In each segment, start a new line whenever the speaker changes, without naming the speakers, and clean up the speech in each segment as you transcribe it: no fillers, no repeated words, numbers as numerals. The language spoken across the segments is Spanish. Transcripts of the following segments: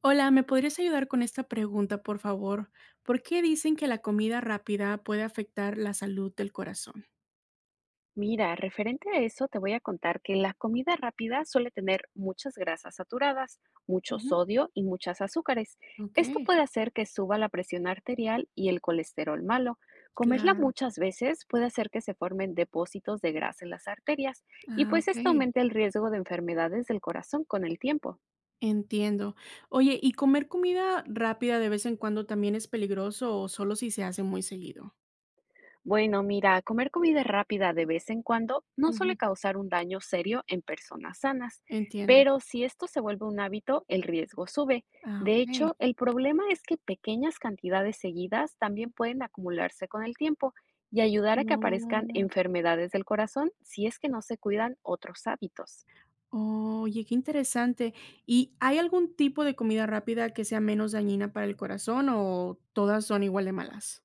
Hola, ¿me podrías ayudar con esta pregunta, por favor? ¿Por qué dicen que la comida rápida puede afectar la salud del corazón?
Mira, referente a eso, te voy a contar que la comida rápida suele tener muchas grasas saturadas, mucho
Ujú,
sodio y muchas azúcares. Esto
okey,
puede hacer que suba la presión arterial y el colesterol malo. Comerla
claro.
muchas veces puede hacer que se formen depósitos de grasa en las arterias y
Ah,
pues esto
okey,
aumenta el riesgo de enfermedades del corazón con el tiempo.
entiendo. Oye, ¿y comer comida rápida de vez en cuando también es peligroso o solo si se hace muy seguido?
Bueno, mira, comer comida rápida de vez en cuando no suele
Ujú,
causar un daño serio en personas sanas,
entiendo.
pero si esto se vuelve un hábito, el riesgo sube.
Ah,
De
okey.
hecho, el problema es que pequeñas cantidades seguidas también pueden acumularse con el tiempo y ayudar a que aparezcan enfermedades del corazón si es que no se cuidan otros hábitos.
Oh, oye, qué interesante. ¿Y hay algún tipo de comida rápida que sea menos dañina para el corazón o todas son igual de malas?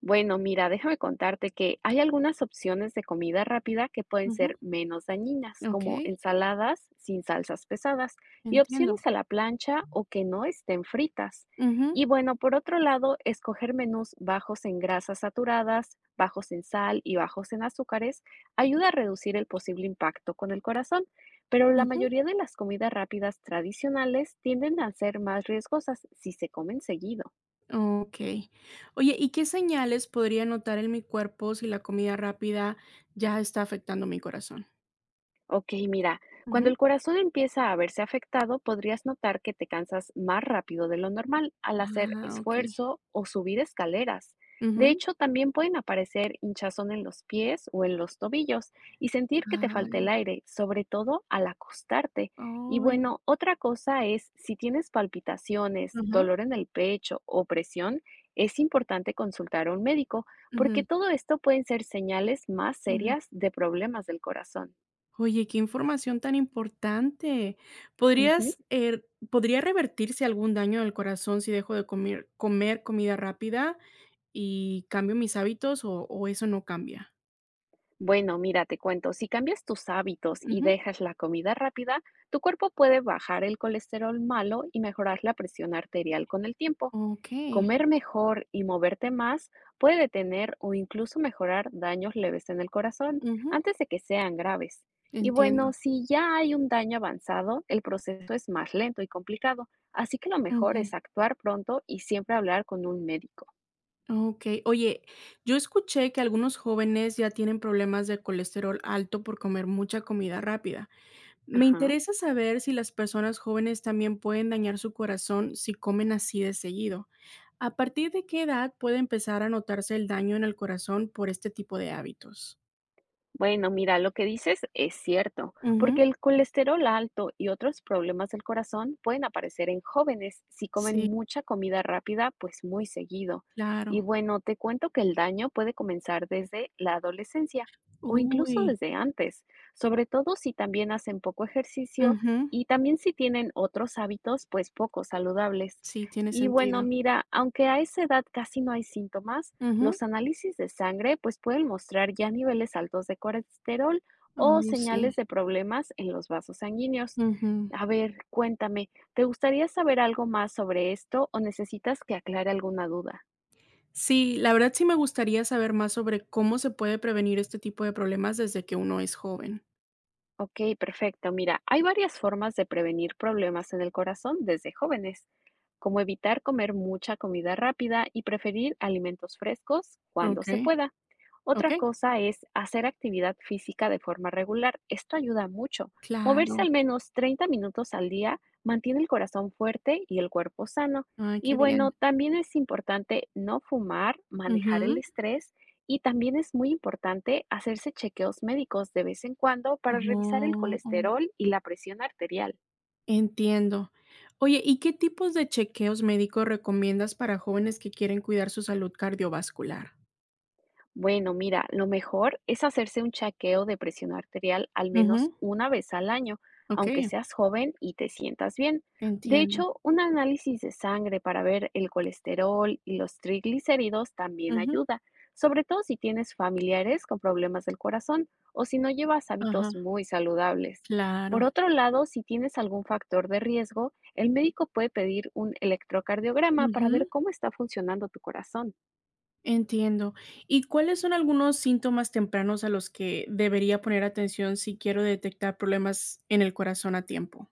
Bueno, mira, déjame contarte que hay algunas opciones de comida rápida que pueden ser
Ujú,
menos dañinas, como
okey.
ensaladas sin salsas pesadas y
Entiendo.
opciones a la plancha o que no estén fritas.
Ujú,
Y bueno, por otro lado, escoger menús bajos en grasas saturadas, bajos en sal y bajos en azúcares ayuda a reducir el posible impacto con el corazón, pero la
ujú.
mayoría de las comidas rápidas tradicionales tienden a ser más riesgosas si se comen seguido.
Okey. Oye, ¿y qué señales podría notar en mi cuerpo si la comida rápida ya está afectando mi corazón?
Ok, mira, cuando
Ujú.
el corazón empieza a verse afectado, podrías notar que te cansas más rápido de lo normal al hacer
Ah, okey.
esfuerzo o subir escaleras. De
Ujú.
hecho, también pueden aparecer hinchazón en los pies o en los tobillos y sentir que te falta
Ay,
el aire, sobre todo al acostarte. Y
uy.
bueno, otra cosa es si tienes palpitaciones,
Ajá.
dolor en el pecho o presión, es importante consultar a un médico, porque
Ujú,
todo esto pueden ser señales más
ujú.
serias de problemas del corazón.
Oye, qué información tan importante.
Ujú.
¿ podría revertirse algún daño al corazón si dejo de comer comida rápida y cambio mis hábitos o eso no cambia?
Bueno, mira, te cuento, si cambias tus hábitos y
Ujú.
dejas la comida rápida, tu cuerpo puede bajar el colesterol malo y mejorar la presión arterial con el tiempo.
Okey.
Comer mejor y moverte más puede detener o incluso mejorar daños leves en el corazón
Ujú.
antes de que sean graves. Y bueno,
Entiendo.
si ya hay un daño avanzado, el proceso es más lento y complicado, así que lo mejor
Ujú.
es actuar pronto y siempre hablar con un médico.
Okey. Oye, yo escuché que algunos jóvenes ya tienen problemas de colesterol alto por comer mucha comida rápida. Me
Ajá.
interesa saber si las personas jóvenes también pueden dañar su corazón si comen así de seguido. ¿A partir de qué edad puede empezar a notarse el daño en el corazón por este tipo de hábitos?
Bueno, mira, lo que dices es cierto, porque
Ujú.
el colesterol alto y otros problemas del corazón pueden aparecer en jóvenes si comen
Sí,
mucha comida rápida, pues muy seguido. Y
claro.
bueno, te cuento que el daño puede comenzar desde la adolescencia o incluso
Uy.
desde antes, sobre todo si también hacen poco ejercicio
Ujú.
y también si tienen otros hábitos, pues poco saludables.
Sí, tiene
Y bueno,
sentido.
mira, aunque a esa edad casi no hay síntomas,
Ujú.
los análisis de sangre pues pueden mostrar ya niveles altos de colesterol o
Oh,
señales
sí.
de problemas en los vasos sanguíneos.
Ujú.
A ver, cuéntame, ¿te gustaría saber algo más sobre esto o necesitas que aclare alguna duda?
Sí, la verdad sí me gustaría saber más sobre cómo se puede prevenir este tipo de problemas desde que uno es joven.
Ok, perfecto. Mira, hay varias formas de prevenir problemas en el corazón desde jóvenes, como evitar comer mucha comida rápida y preferir alimentos frescos cuando se
Okey,
pueda. Otra
okey.
cosa es hacer actividad física de forma regular. Esto ayuda mucho. Moverse al
Claro.
menos 30 minutos al día mantiene el corazón fuerte y el cuerpo sano.
Ay,
Y
qué
bueno,
bien.
también es importante no fumar, manejar el
Ujú.
estrés y también es muy importante hacerse chequeos médicos de vez en cuando para revisar el
Oh, oh,
colesterol y la presión arterial.
entiendo. Oye, ¿y qué tipos de chequeos médicos recomiendas para jóvenes que quieren cuidar su salud cardiovascular?
Bueno, mira, lo mejor es hacerse un chequeo de presión arterial al
Ujú.
menos una vez al año, aunque
Okey,
seas joven y te sientas bien. De
entiendo.
hecho, un análisis de sangre para ver el colesterol y los triglicéridos también
Ujú.
ayuda, sobre todo si tienes familiares con problemas del corazón o si no llevas
Ajá,
hábitos muy saludables. Por
claro.
otro lado, si tienes algún factor de riesgo, el médico puede pedir un electrocardiograma para ver
Ujú.
cómo está funcionando tu corazón.
Entiendo. ¿Y cuáles son algunos síntomas tempranos a los que debería poner atención si quiero detectar problemas en el corazón a tiempo?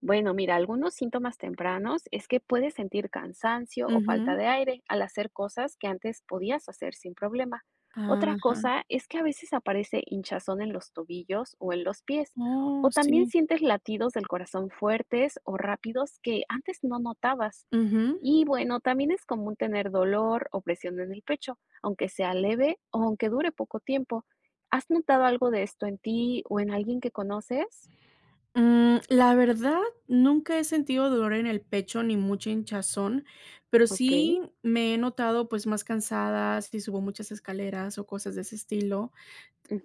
Bueno, mira, algunos síntomas tempranos es que puedes sentir cansancio o
Ujú.
falta de aire al hacer cosas que antes podías hacer sin problema. Otra
Ajá.
cosa es que a veces aparece hinchazón en los tobillos o en los pies, o
Oh,
también
sí.
sientes latidos del corazón fuertes o rápidos que antes no notabas.
Ujú.
Y bueno, también es común tener dolor o presión en el pecho, aunque sea leve o aunque dure poco tiempo. ¿Has notado algo de esto en ti o en alguien que conoces?
Mm, la verdad, nunca he sentido dolor en el pecho ni mucha hinchazón, pero
Ok.
sí me he notado pues más cansada si subo muchas escaleras o cosas de ese estilo.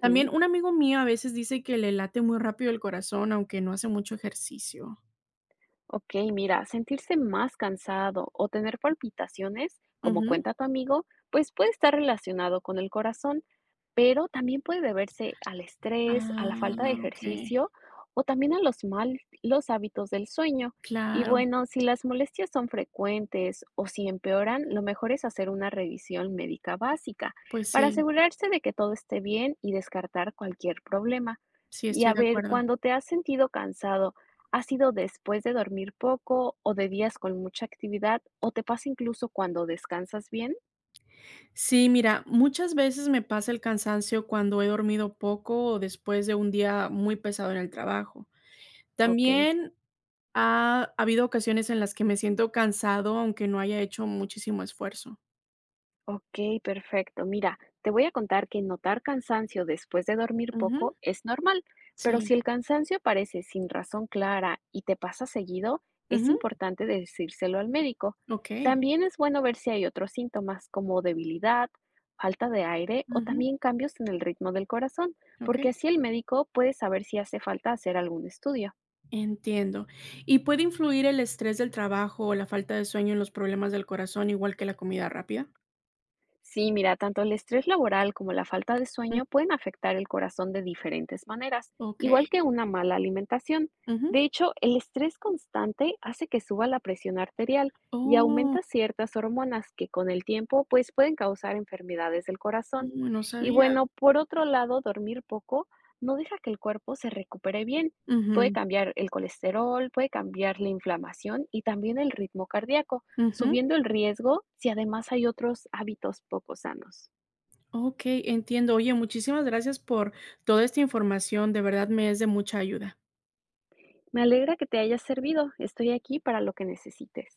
También un amigo mío a veces dice que le late muy rápido el corazón, aunque no hace mucho ejercicio.
Ok, mira, sentirse más cansado o tener palpitaciones, como cuenta tu amigo, pues puede estar relacionado con el corazón, pero también puede deberse al estrés, a la falta de
Ah, okey.
ejercicio o también a los malos hábitos del sueño. Y
Claro,
bueno, si las molestias son frecuentes o si empeoran, lo mejor es hacer una revisión médica básica
pues
para
sí,
asegurarse de que todo esté bien y descartar cualquier problema.
sí,
Y a
estoy de
ver,
acuerdo.
cuando te has sentido cansado, ¿ha sido después de dormir poco o de días con mucha actividad o te pasa incluso cuando descansas bien?
Sí, mira, muchas veces me pasa el cansancio cuando he dormido poco o después de un día muy pesado en el trabajo.
Okey,
También ha habido ocasiones en las que me siento cansado, aunque no haya hecho muchísimo esfuerzo.
okey, perfecto. Mira, te voy a contar que notar cansancio después de dormir
Ujú,
poco es normal, pero
sí.
si el cansancio aparece sin razón clara y te pasa seguido, es
Ujú,
importante decírselo al médico.
okey.
También es bueno ver si hay otros síntomas como debilidad, falta de aire o
Ujú,
también cambios en el ritmo del corazón, porque
okey.
así el médico puede saber si hace falta hacer algún estudio.
Entiendo. ¿Y puede influir el estrés del trabajo o la falta de sueño en los problemas del corazón, igual que la comida rápida?
Sí, mira, tanto el estrés laboral como la falta de
Mm,
sueño pueden afectar el corazón de diferentes maneras, igual
okey.
que una mala alimentación.
Ujú.
De hecho, el estrés constante hace que suba la presión arterial y
Oh,
aumenta ciertas hormonas que con el tiempo pues pueden causar enfermedades del corazón.
uy, no
Y
sabía.
bueno, por otro lado, dormir poco no deja que el cuerpo se recupere bien. Puede
Ujú,
cambiar el colesterol, puede cambiar la inflamación y también el ritmo cardíaco
ujú.
subiendo el riesgo si además hay otros hábitos poco sanos.
Okey, entiendo. Oye, muchísimas gracias por toda esta información, de verdad me es de mucha ayuda.
Me alegra que te haya servido. Estoy aquí para lo que necesites.